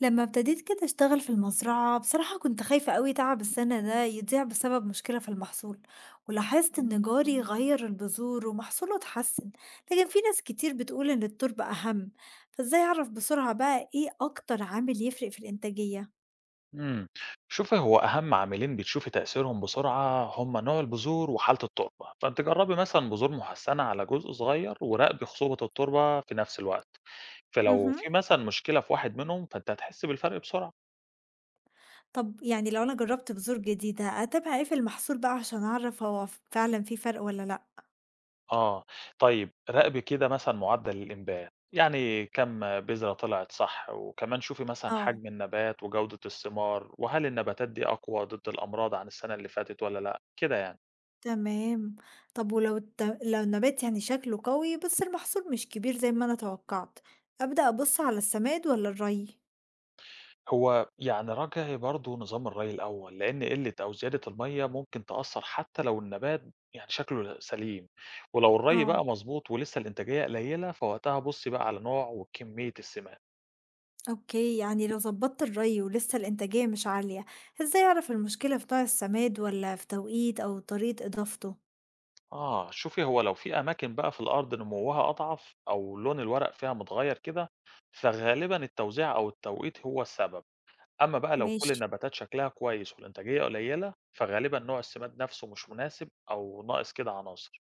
لما ابتديت كده اشتغل في المزرعة، بصراحة كنت خايفة قوي تعب السنة ده يضيع بسبب مشكلة في المحصول. ولاحظت ان جاري غير البذور ومحصوله اتحسن. لكن في ناس كتير بتقول ان التربة اهم. فازاي اعرف بسرعة بقى ايه اكتر عامل يفرق في الانتاجية؟ إمم. شوفي هو أهم عاملين بتشوفي تأثيرهم بسرعة هم نوع البذور وحالة التربة، فأنتِ جربي مثلًا بذور محسنة على جزء صغير وراقبي خصوبة التربة في نفس الوقت، فلو مهم. في مثلًا مشكلة في واحد منهم فأنتِ هتحسي بالفرق بسرعة. طب يعني لو انا جربت بذور جديدة، اتابع ايه في المحصول بقى عشان اعرف هو فعلا في فرق ولا لا؟ آه، طيب راقبي كده مثلًا معدل الإنبات، يعني كام بذرة طلعت صح، وكمان شوفي مثلًا اه، حجم النبات وجودة الثمار، وهل النباتات دي أقوى ضد الأمراض عن السنة اللي فاتت والّا لأ، كده يعني. تمام. طب ولو الت لو النبات يعني شكله قوي بس المحصول مش كبير زي ما أنا توقعت، أبدأ أبُص على السماد والّا الري؟ هو يعني راجعي برضه نظام الري الأول، لأن قِلّة أو زيادة المَيّة ممكن تأثّر حتى لو النبات يعني شكله سليم، ولو الري آه، بقى مضبوط ولسه الإنتاجية قليلة، فوقتها بُصّي بقى على نوع وكمية السماد. أوكي. يعني لو ضبّطت الري ولسه الإنتاجية مش عالية، إزاي أعرف المشكلة في نوع السماد والّا في توقيت أو طريقة إضافته؟ آه، شوفي هو لو في أماكن بقى في الأرض نموها أضعف أو لون الورق فيها متغيّر كده، فغالبًا التوزيع أو التوقيت هو السبب، أمّا بقى لو كل ماشي. النباتات شكلها كويس والإنتاجية قليلة، فغالبًا نوع السماد نَفْسه مش مناسب أو ناقص كده عناصر.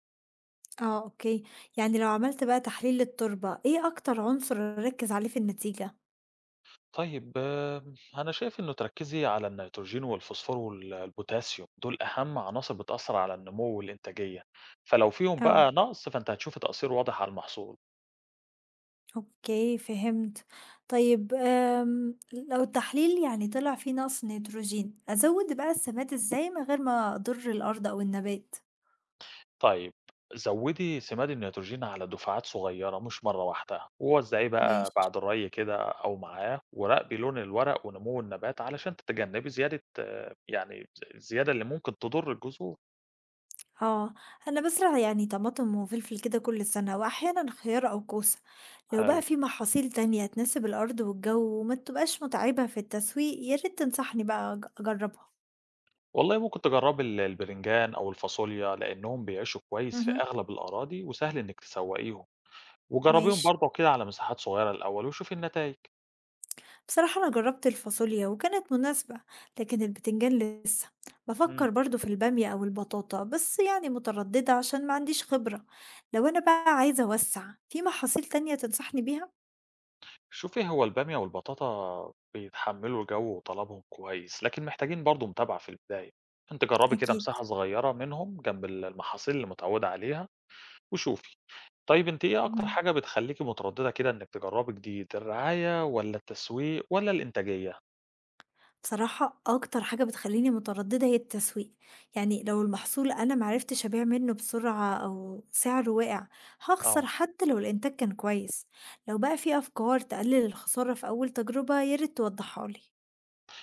آه، أوكي. يعني لو عملت بقى تحليل للتربة، إيه أكتر عنصر أركّز عليه في النتيجة؟ طيب أنا شايف إنه تركّزي على النيتروجين والفوسفور وال البوتاسيوم، دول أهم عناصر بتأثّر على النمو والإنتاجية، فلو فيهم آه. بقى نقص فأنتِ هتشوفي تأثير واضح على المحصول. أوكي، فهمت. طيب لو التحليل يعني طلع فيه نقص نيتروجين، أزود بقى السماد إزاي من غير ما أضر الأرض أو النبات؟ طيب زوّدي سماد النيتروجين على دفعات صغيرة مش مرّة واحدة، ووزّعيه بقى ماشي. بعد الري كده أو معاه، وراقبي لون الورق ونمو النبات علشان تتجنّبي زيادة الزيادة اللي ممكن تضُر الجذور. آه، أنا بزرع يعني طماطم وفلفل كده كل سنة وأحيانا خيار أو كوسة. لو حلو. بقى في محاصيل تانية تناسب الأرض والجو وما تبقاش متعبة في التسويق، يا ريت تنصحني بقى أجربها. والله ممكن تجربي الباذنجان أو الفاصوليا، لإنهم بيعيشوا كويس في مهم. أغلب الأراضي وسهل إنِّك تسوّقيهم، وجربيهم ماشي. برضه كده على مساحات صغيرة الأول وشوفي النتايج. بصراحة أنا جربت الفاصوليا وكانت مناسبة، لكن البتنجان لسه. امم. بفكر برضو في البامية أو البطاطا، بس يعني مترددة عشان ما عنديش خبرة. لو أنا بقى عايزة أوسع، في محاصيل تانية تنصحني بيها؟ شوفي هو البامية والبطاطا بيتحمّلوا الجو وطلبهم كويس، لكن محتاجين برضه متابعة في البداية. أنتِ جربي كده أكيد. مساحة صغيرة منهم جنب المحاصيل اللي متعودة عليها وشوفي. طيب أنتِ إيه أكتر مم. حاجة بتخلّيكِ مترددة كده إنِّك تجربي جديد، الرعاية والّا التسويق والّا الإنتاجية؟ بصراحة أكتر حاجة بتخليني مترددة هي التسويق. يعني لو المحصول أنا معرفتش أبيع منه بسرعة أو سعره واقع، هخسر آه. حتى لو الإنتاج كان كويس. لو بقى في أفكار تقلل الخسارة في أول تجربة، ياريت توضحها لي.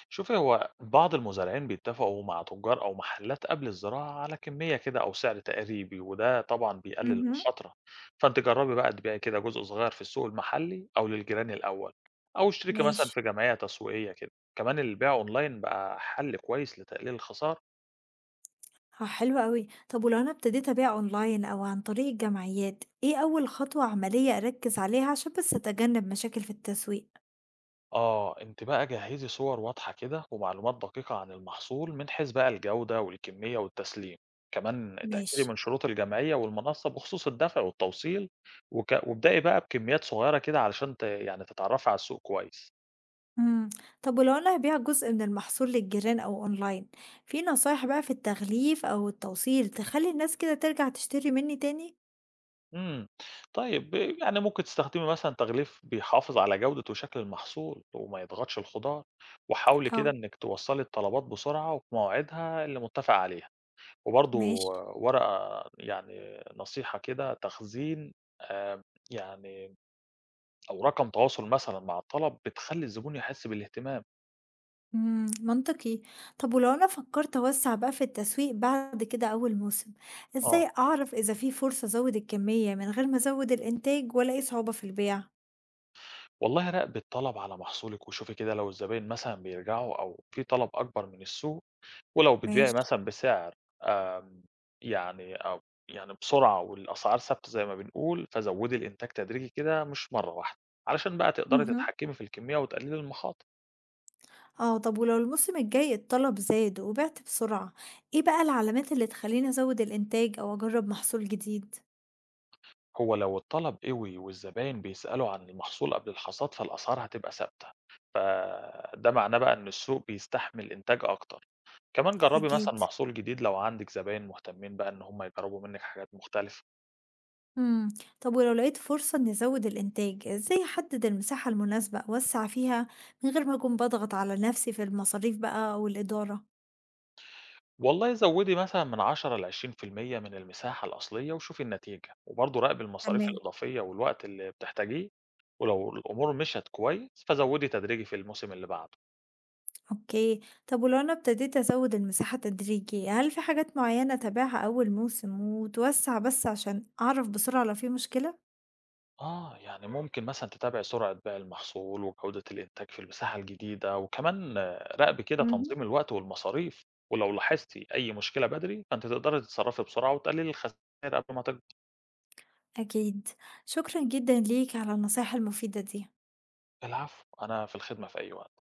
شوفي هو بعض المزارعين بيتفقوا مع تجار أو محلات قبل الزراعة على كمية كده أو سعر تقريبي وده طبعا بيقلل مهم. المخاطرة. فأنت جربي بقى تبيعي كده جزء صغير في السوق المحلي أو للجيران الأول، أو اشتركي مثلا ماشي. في جمعية تسويقية كده. كمان البيع أونلاين بقى حل كويس لتقليل الخسارة. حلو أوي. طب ولو أنا ابتديت أبيع أونلاين أو عن طريق الجمعيات، إيه أول خطوة عملية أركز عليها عشان بس أتجنب مشاكل في التسويق؟ آه، أنتِ بقى جهّزي صور واضحة كده ومعلومات دقيقة عن المحصول من حيث بقى الجودة والكمية والتسليم، كمان اتأكدي ماشي. من شروط الجمعية والمنصة بخصوص الدفع والتوصيل، وابدئي بقى بكميات صغيرة كده علشان ت يعني تتعرّفي على السوق كويس. امم طب ولو أنا هبيع جزء من المحصول للجيران أو أونلاين، في نصايح بقى في التغليف أو التوصيل تخلي الناس كده ترجع تشتري مني تاني؟ إمم، طيب يعني ممكن تستخدمي مثلًا تغليف بيحافظ على جودة وشكل المحصول وما يضغطش الخضار، وحاولي اه. كده إنِّك توصّلي الطلبات بسرعة وفي مواعيدها اللي مُتّفق عليها. وبرضه ماشي. ورقة يعني نصيحة كده تخزين، آآ يعني أو رقم تواصل مثلًا مع الطلب، بتخلّي الزبون يحس بالاهتمام. منطقي. طب ولو أنا فكرت أوسع بقى في التسويق بعد كده أول موسم، آه. إزاي أعرف إذا في فرصة أزود الكمية من غير ما أزود الإنتاج ولا أي صعوبة في البيع؟ والله راقبي الطلب على محصولِك وشوفي كده لو الزباين مثلًا بيرجعوا أو في طلب أكبر من السوق، ولو بتبيعي ماشي. مثلًا بسعر آمم يعني أو يعني بسرعة والأسعار ثابتة زي ما بنقول، فزوّدي الإنتاج تدريجي كده مش مرّة واحدة، علشان بقى تقدري اهم. تتحكمي في الكمية وتقللي المخاطر. آه، طب ولو الموسم الجاي الطلب زاد وبِعت بسرعة، إيه بقى العلامات اللي تخلّيني أزوّد الإنتاج أو أجرّب محصول جديد؟ هو لو الطلب قوي والزباين بيسألوا عن المحصول قبل الحصاد فالأسعار هتبقى ثابتة، فده معناه بقى إن السوق بيستحمل إنتاج أكتر. كمان جربي مثلا أكيد. محصول جديد لو عندك زباين مهتمين بقى إن هم يجربوا منك حاجات مختلفة. إمم، طب ولو لقيت فرصة إني أزوّد الإنتاج، إزاي أحدد المساحة المناسبة أوسّع فيها من غير ما أكون باضغط على نفسي في المصاريف بقى أو الإدارة؟ والله زودي مثلا من 10 ل 20% من المساحة الأصلية وشوفي النتيجة وبرضه راقبي المصاريف تمام. الإضافية والوقت اللي بتحتاجيه. ولو الأمور مشت كويس فزودي تدريجي في الموسم اللي بعده. أوكي. طب ولو أنا ابتديت أزوّد المساحة تدريجي، هل في حاجات معيّنة أتابعها أول موسم وتوسّع بس عشان أعرف بسرعة لو في مشكلة؟ آه، يعني ممكن مثلًا تتابعي سرعة بيع المحصول وجودة الإنتاج في المساحة الجديدة، وكمان آه، راقبي كده اهم. تنظيم الوقت والمصاريف، ولو لاحظتِ أي مشكلة بدري فأنتِ تقدري تتصرفي بسرعة وتقللي الخسائر قبل ما تكبر. أكيد. شكرا جدا ليك على النصايح المفيدة دي. العفو، أنا في الخدمة في أي وقت.